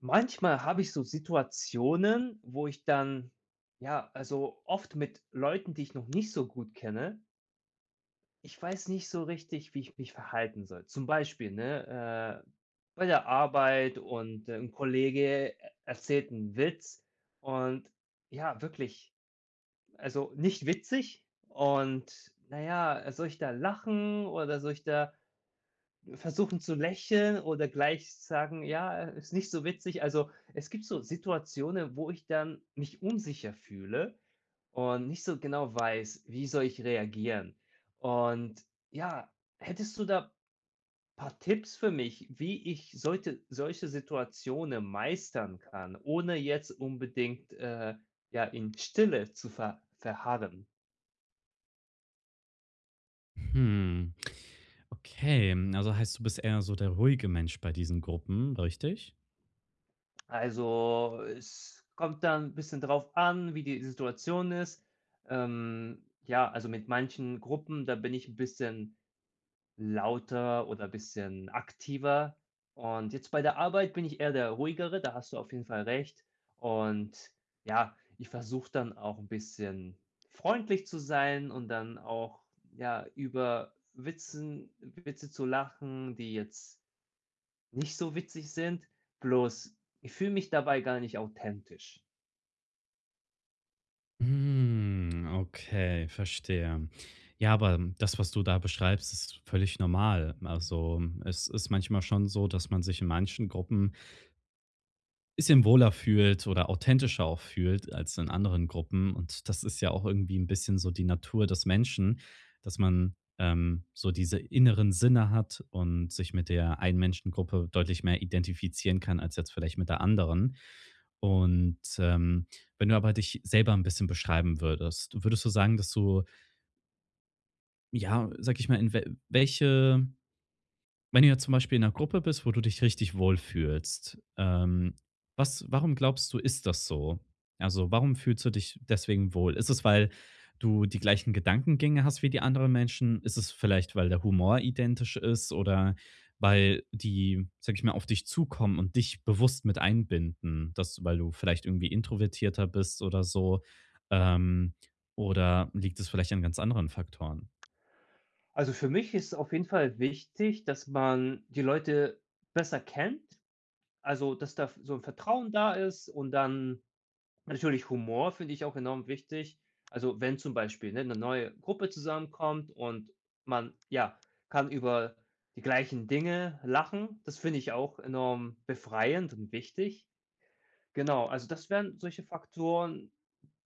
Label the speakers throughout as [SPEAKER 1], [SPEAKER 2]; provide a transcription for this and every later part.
[SPEAKER 1] Manchmal habe ich so Situationen, wo ich dann ja, also oft mit Leuten, die ich noch nicht so gut kenne, ich weiß nicht so richtig, wie ich mich verhalten soll. Zum Beispiel, ne, bei der Arbeit und, 'n Kollege e erzählt 'n Witz und ja, wirklich, also nicht witzig und naja soll ich da lachen oder soll ich da versuchen zu lächeln oder gleich sagen: „Ja, ist nicht so witzig.“ Also, es gibt so Situationen, wo ich dann mich unsicher fühle und nicht so genau weiß, wie soll ich reagieren? Und ja, hättest du da ein paar Tipps für mich, wie ich sollte solche Situationen meistern kann, ohne jetzt unbedingt, ja, in Stille zu verharren?
[SPEAKER 2] Hm. Okay, also heißt, du bist eher so der ruhige Mensch bei diesen Gruppen, richtig?
[SPEAKER 1] Also, es kommt dann ein bisschen drauf an, wie die Situation ist. Ja, also mit manchen Gruppen, da bin ich 'n bisschen lauter oder ein bisschen aktiver. Und jetzt bei der Arbeit bin ich eher der Ruhigere, da hast du auf jeden Fall recht. Und ja, ich versuche dann auch ein bisschen freundlich zu sein und dann auch, ja, über Witze zu lachen, die jetzt nicht so witzig sind, bloß ich fühle mich dabei gar nicht authentisch.
[SPEAKER 2] Hm, okay, verstehe. Ja, aber das, was du da beschreibst, ist völlig normal. Also, es ist manchmal schon so, dass man sich in manchen Gruppen bisschen wohler fühlt oder authentischer auch fühlt als in anderen Gruppen. Und das ist ja auch irgendwie ein bisschen so die Natur des Menschen, dass man, so diese inneren Sinne hat und sich mit der einen Menschengruppe deutlich mehr identifizieren kann als jetzt vielleicht mit der anderen. Und, ähm, Wenn du aber dich selber ein bisschen beschreiben würdest, würdest du sagen, dass du, ja, sage ich mal, in wel welche wenn du jetzt zum Beispiel in einer Gruppe bist, wo du dich richtig wohlfühlst, was warum glaubst du, ist das so? Also, warum fühlst du dich deswegen wohl? Ist es, weil du die gleichen Gedankengänge hast wie die anderen Menschen? Ist es vielleicht, weil der Humor identisch ist oder weil die, sag ich mal, auf dich zukommen und dich bewusst mit einbinden, das, weil du vielleicht irgendwie introvertierter bist oder so, ähm, oder liegt es vielleicht an ganz anderen Faktoren?
[SPEAKER 1] Also, für mich ist auf jeden Fall wichtig, dass man die Leute besser kennt, also, dass da so ein Vertrauen da ist und dann natürlich Humor finde ich auch enorm wichtig. Also, wenn zum Beispiel, ne, 'ne neue Gruppe zusammenkommt und man, ja, kann über die gleichen Dinge lachen, das finde ich auch enorm befreiend und wichtig. Genau, also das wären solche Faktoren,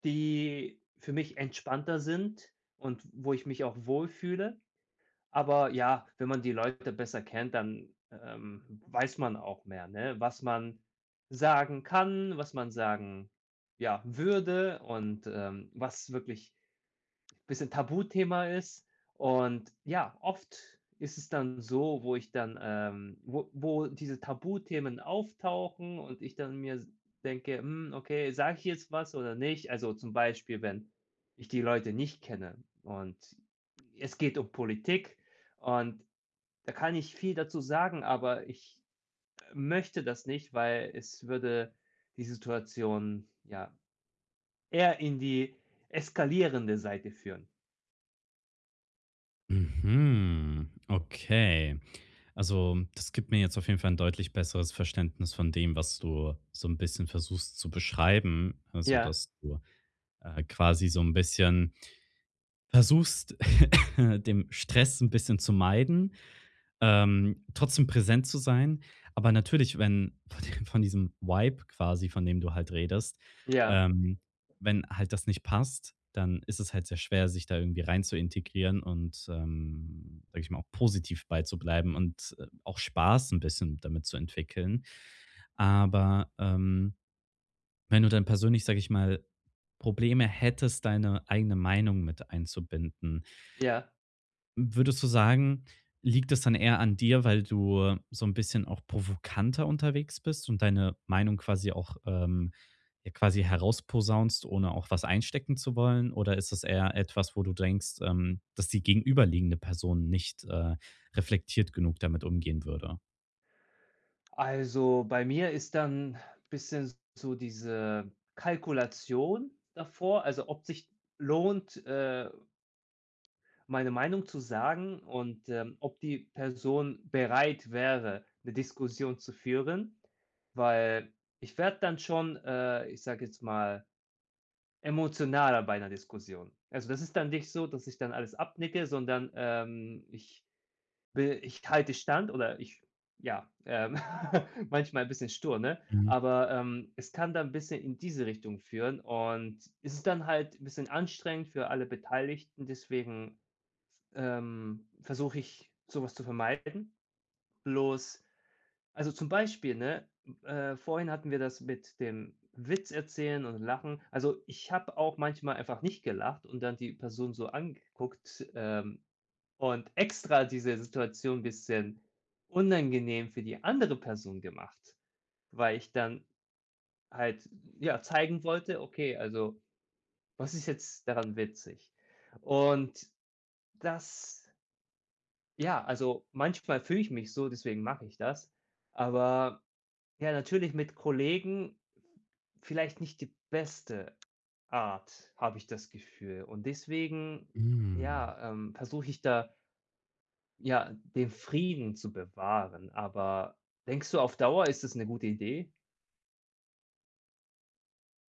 [SPEAKER 1] die für mich entspannter sind und wo ich mich auch wohlfühle. Aber ja, wenn man die Leute besser kennt, dann, weiß man auch mehr, ne, was man sagen kann, was man sagen, ja, würde und, was wirklich bisschen Tabuthema ist. Und ja, oft ist es dann so, wo ich dann, wo diese Tabuthemen auftauchen und ich dann mir denke, hm, okay, sage ich jetzt was oder nicht? Also zum Beispiel, wenn ich die Leute nicht kenne und es geht um Politik und da kann ich viel dazu sagen, aber ich möchte das nicht, weil es würde die Situation ja eher in die eskalierende Seite führen.
[SPEAKER 2] Mhm, okay. Also, das gibt mir jetzt auf jeden Fall 'n deutlich besseres Verständnis von dem, was du so ein bisschen versuchst zu beschreiben. Also,
[SPEAKER 1] Ja,
[SPEAKER 2] dass du, quasi so ein bisschen versuchst, dem Stress ein bisschen zu meiden, trotzdem präsent zu sein, aber natürlich, wenn von diesem Vibe quasi, von dem du halt redest,
[SPEAKER 1] ja.
[SPEAKER 2] ähm, wenn halt das nicht passt, dann ist es halt sehr schwer, sich da irgendwie rein zu integrieren und, sage ich mal, auch positiv beizubleiben und, auch Spaß ein bisschen damit zu entwickeln. Aber, wenn du dann persönlich, sage ich mal, Probleme hättest, deine eigene Meinung mit einzubinden,
[SPEAKER 1] Ja,
[SPEAKER 2] würdest du sagen, liegt es dann eher an dir, weil du so ein bisschen auch provokanter unterwegs bist und deine Meinung quasi auch, ja quasi herausposaunst, ohne auch was einstecken zu wollen? Oder ist es eher etwas, wo du denkst, dass die gegenüberliegende Person nicht, reflektiert genug damit umgehen würde?
[SPEAKER 1] also bei mir ist dann ein bisschen so diese Kalkulation davor, also ob sich lohnt, meine Meinung zu sagen und, ob die Person bereit wäre, eine Diskussion zu führen, weil ich werde dann schon, ich sage jetzt mal, emotionaler bei einer Diskussion. Also, das ist dann nicht so, dass ich dann alles abnicke, sondern, ich Be ich halte stand oder ich ja, manchmal ein bisschen stur, ne?
[SPEAKER 2] Mhm.
[SPEAKER 1] Aber, es kann dann ein bisschen in diese Richtung führen und es ist dann halt ein bisschen anstrengend für alle Beteiligten, deswegen, versuche ich, sowas zu vermeiden. Bloß also, zum Beispiel, ne, vorhin hatten wir das mit dem Witz erzählen und Lachen. Also, ich habe auch manchmal einfach nicht gelacht und dann die Person so angeguckt, und extra diese Situation ein bisschen unangenehm für die andere Person gemacht, weil ich dann halt, ja, zeigen wollte: „Okay, also, was ist jetzt daran witzig?“ Und das ja, also, manchmal fühle ich mich so, deswegen mache ich das. Aber ja, natürlich mit Kollegen vielleicht nicht die beste Art, habe ich das Gefühl. Und deswegen,
[SPEAKER 2] Hm.
[SPEAKER 1] ja, versuche ich da ja, den Frieden zu bewahren, aber denkst du, auf Dauer ist das eine gute Idee?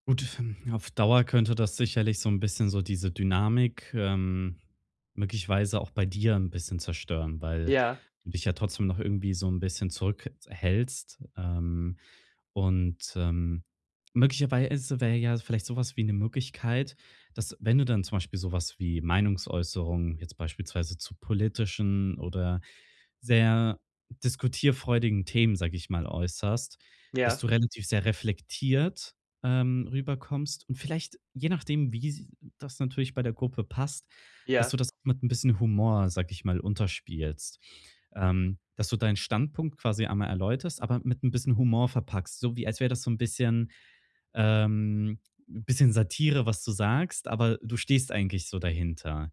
[SPEAKER 2] Gut, hm, auf Dauer könnte das sicherlich so ein bisschen so diese Dynamik, möglicherweise auch bei dir ein bisschen zerstören, weil
[SPEAKER 1] Ja,
[SPEAKER 2] du dich ja trotzdem noch irgendwie so ein bisschen zurückhältst. Und möglicherweise wäre ja vielleicht sowas wie eine Möglichkeit, dass wenn du dann zum Beispiel sowas wie Meinungsäußerungen jetzt beispielsweise zu politischen oder sehr diskutierfreudigen Themen, sage ich mal, äußerst, dass
[SPEAKER 1] ja,
[SPEAKER 2] du relativ sehr reflektiert, rüberkommst und vielleicht, je nachdem, wie s das natürlich bei der Gruppe passt, dass
[SPEAKER 1] ja,
[SPEAKER 2] du das auch mit ein bisschen Humor, sage ich mal, unterspielst, dass du deinen Standpunkt quasi einmal erläuterst, aber mit ein bisschen Humor verpackst, so wie als wäre das so ein bisschen, ähm, ein bisschen Satire, was du sagst, aber du stehst eigentlich so dahinter.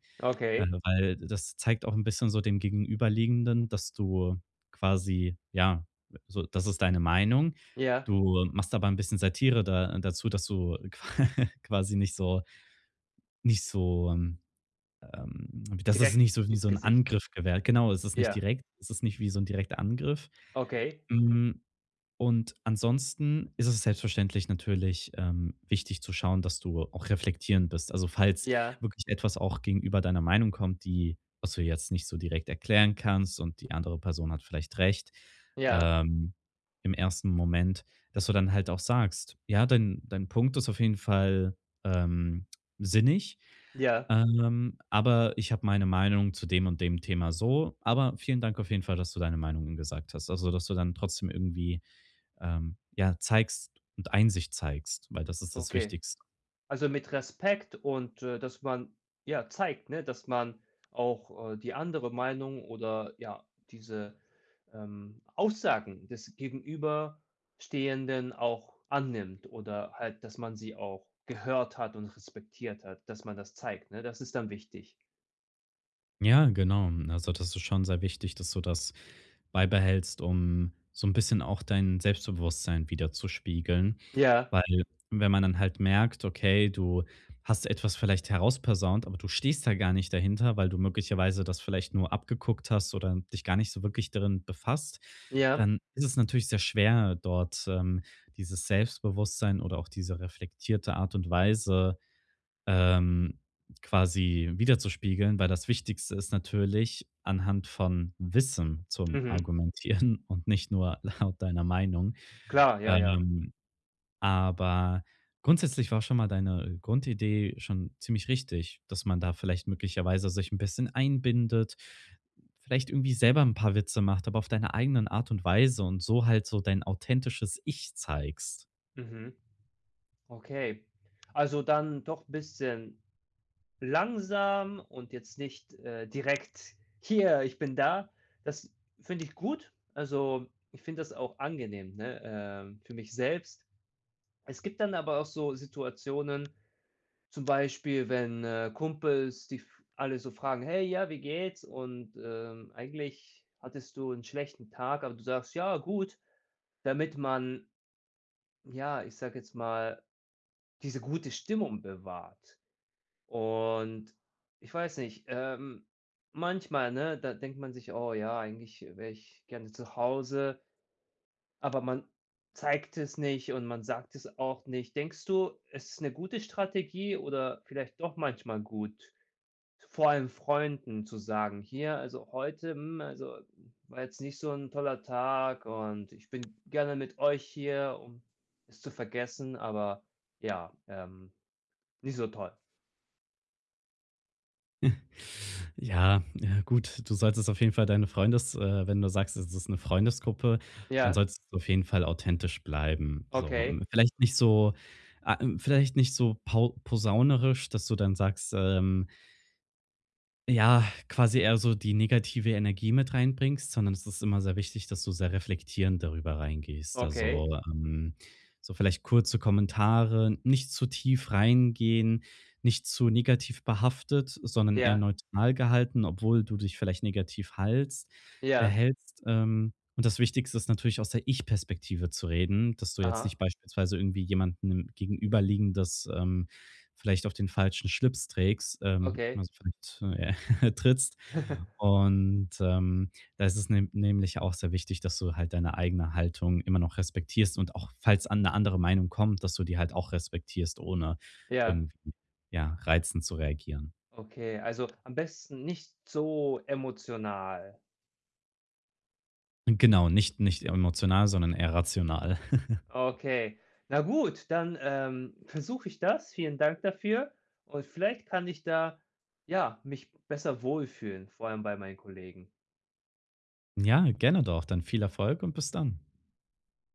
[SPEAKER 1] okay,
[SPEAKER 2] Weil das zeigt auch ein bisschen so dem Gegenüberliegenden, dass du quasi ja, so das ist deine Meinung.
[SPEAKER 1] ja,
[SPEAKER 2] Du machst aber ein bisschen Satire da dazu, dass du quasi nicht so ähm, dass das
[SPEAKER 1] direkt
[SPEAKER 2] nicht so wie
[SPEAKER 1] ins
[SPEAKER 2] so 'n
[SPEAKER 1] Gesicht.
[SPEAKER 2] Angriff gewährt, genau, es ist nicht
[SPEAKER 1] Ja,
[SPEAKER 2] direkt, es ist nicht wie so 'n direkter Angriff.
[SPEAKER 1] okay,
[SPEAKER 2] Hm, und ansonsten ist es selbstverständlich natürlich, wichtig zu schauen, dass du auch reflektierend bist. Also, falls
[SPEAKER 1] ja,
[SPEAKER 2] wirklich etwas auch gegenüber deiner Meinung kommt, die was du jetzt nicht so direkt erklären kannst und die andere Person hat vielleicht recht,
[SPEAKER 1] ja,
[SPEAKER 2] ähm, im ersten Moment, dass du dann halt auch sagst: „Ja, dein Punkt ist auf jeden Fall, ähm, sinnig,
[SPEAKER 1] ja,
[SPEAKER 2] aber ich habe meine Meinung zu dem und dem Thema so, aber vielen Dank auf jeden Fall, dass du deine Meinung gesagt hast.“ Also, dass du dann trotzdem irgendwie, ja, zeigst und Einsicht zeigst, weil das ist das
[SPEAKER 1] okay.
[SPEAKER 2] Wichtigste.
[SPEAKER 1] Also, mit Respekt und, dass man, ja, zeigt, ne, dass man auch, die andere Meinung oder, ja, diese, Aussagen des Gegenüberstehenden auch annimmt oder halt, dass man sie auch gehört hat und respektiert hat, dass man das zeigt, ne? Das ist dann wichtig.
[SPEAKER 2] Ja, genau. Also, das ist schon sehr wichtig, dass du das beibehältst, um so ein bisschen auch dein Selbstbewusstsein wieder zu spiegeln.
[SPEAKER 1] Ja,
[SPEAKER 2] Weil wenn man dann halt merkt, okay, du hast etwas vielleicht herausposaunt, aber du stehst da gar nicht dahinter, weil du möglicherweise das vielleicht nur abgeguckt hast oder dich gar nicht so wirklich darin befasst,
[SPEAKER 1] ja,
[SPEAKER 2] dann ist es natürlich sehr schwer, dort, dieses Selbstbewusstsein oder auch diese reflektierte Art und Weise, ähm, quasi wiederzuspiegeln, weil das Wichtigste ist natürlich, anhand von Wissen zum
[SPEAKER 1] mhm,
[SPEAKER 2] Argumentieren und nicht nur laut deiner Meinung.
[SPEAKER 1] klar, ja, ja,
[SPEAKER 2] Ähm, aber grundsätzlich war schon mal deine Grundidee schon ziemlich richtig, dass man da vielleicht möglicherweise sich ein bisschen einbindet, vielleicht irgendwie selber ein paar Witze macht, aber auf deine eigenen Art und Weise und so halt so dein authentisches Ich zeigst.
[SPEAKER 1] mhm, okay. Also, dann doch ein bisschen langsam und jetzt nicht, direkt: „Hier, ich bin da.“ Das finde ich gut. Also, ich finde das auch angenehm, ne, für mich selbst. Es gibt dann aber auch so Situationen, zum Beispiel, wenn, Kumpels die f alle so fragen: „Hey, ja, wie geht's?“ Und, eigentlich hattest du einen schlechten Tag, aber du sagst: „Ja, gut“, damit man, ja, ich sage jetzt mal, diese gute Stimmung bewahrt. Und ich weiß nicht, manchmal, ne, da denkt man sich: „Oh ja, eigentlich wäre ich gerne zu Hause“, aber man zeigt es nicht und man sagt es auch nicht. Denkst du, es ist eine gute Strategie oder vielleicht doch manchmal gut, vor allem Freunden zu sagen: „Hier, also heute, hm, also war jetzt nicht so ein toller Tag und ich bin gerne mit euch hier“, um es zu vergessen, aber ja, nicht so toll.
[SPEAKER 2] Ja, ja gut, du solltest auf jeden Fall deine Freundes wenn du sagst, es ist eine Freundesgruppe, dann
[SPEAKER 1] Ja,
[SPEAKER 2] solltest du auf jeden Fall authentisch bleiben. So,
[SPEAKER 1] okay.
[SPEAKER 2] hm, vielleicht nicht so a vielleicht nicht so pau posaunerisch, dass du dann sagst, ja, quasi eher so die negative Energie mit reinbringst, sondern es ist immer sehr wichtig, dass du sehr reflektierend darüber reingehst. Also,
[SPEAKER 1] Okay,
[SPEAKER 2] so vielleicht kurze Kommentare, nicht zu tief reingehen, nicht zu negativ behaftet, sondern eher
[SPEAKER 1] ja,
[SPEAKER 2] neutral gehalten, obwohl du dich vielleicht negativ
[SPEAKER 1] ja,
[SPEAKER 2] hältst. Und das Wichtigste ist natürlich aus der Ich-Perspektive zu reden, dass du jetzt
[SPEAKER 1] aha,
[SPEAKER 2] nicht beispielsweise irgendwie jemanden jemandem gegenüberliegendes, vielleicht auf den falschen Schlips trägst.
[SPEAKER 1] okay.
[SPEAKER 2] Also vielleicht, trittst. Und, da ist es nem nämlich auch sehr wichtig, dass du halt deine eigene Haltung immer noch respektierst und auch, falls an 'ne andere Meinung kommt, dass du die halt auch respektierst, ohne
[SPEAKER 1] Ja,
[SPEAKER 2] irgendwie, ja, reizend zu reagieren.
[SPEAKER 1] okay, also am besten nicht so emotional.
[SPEAKER 2] Und genau, nicht emotional, sondern eher rational.
[SPEAKER 1] Okay, na gut, dann, versuche ich das. Vielen Dank dafür und vielleicht kann ich da, ja, mich besser wohlfühlen, vor allem bei meinen Kollegen.
[SPEAKER 2] Ja, gerne doch. Dann viel Erfolg und bis dann.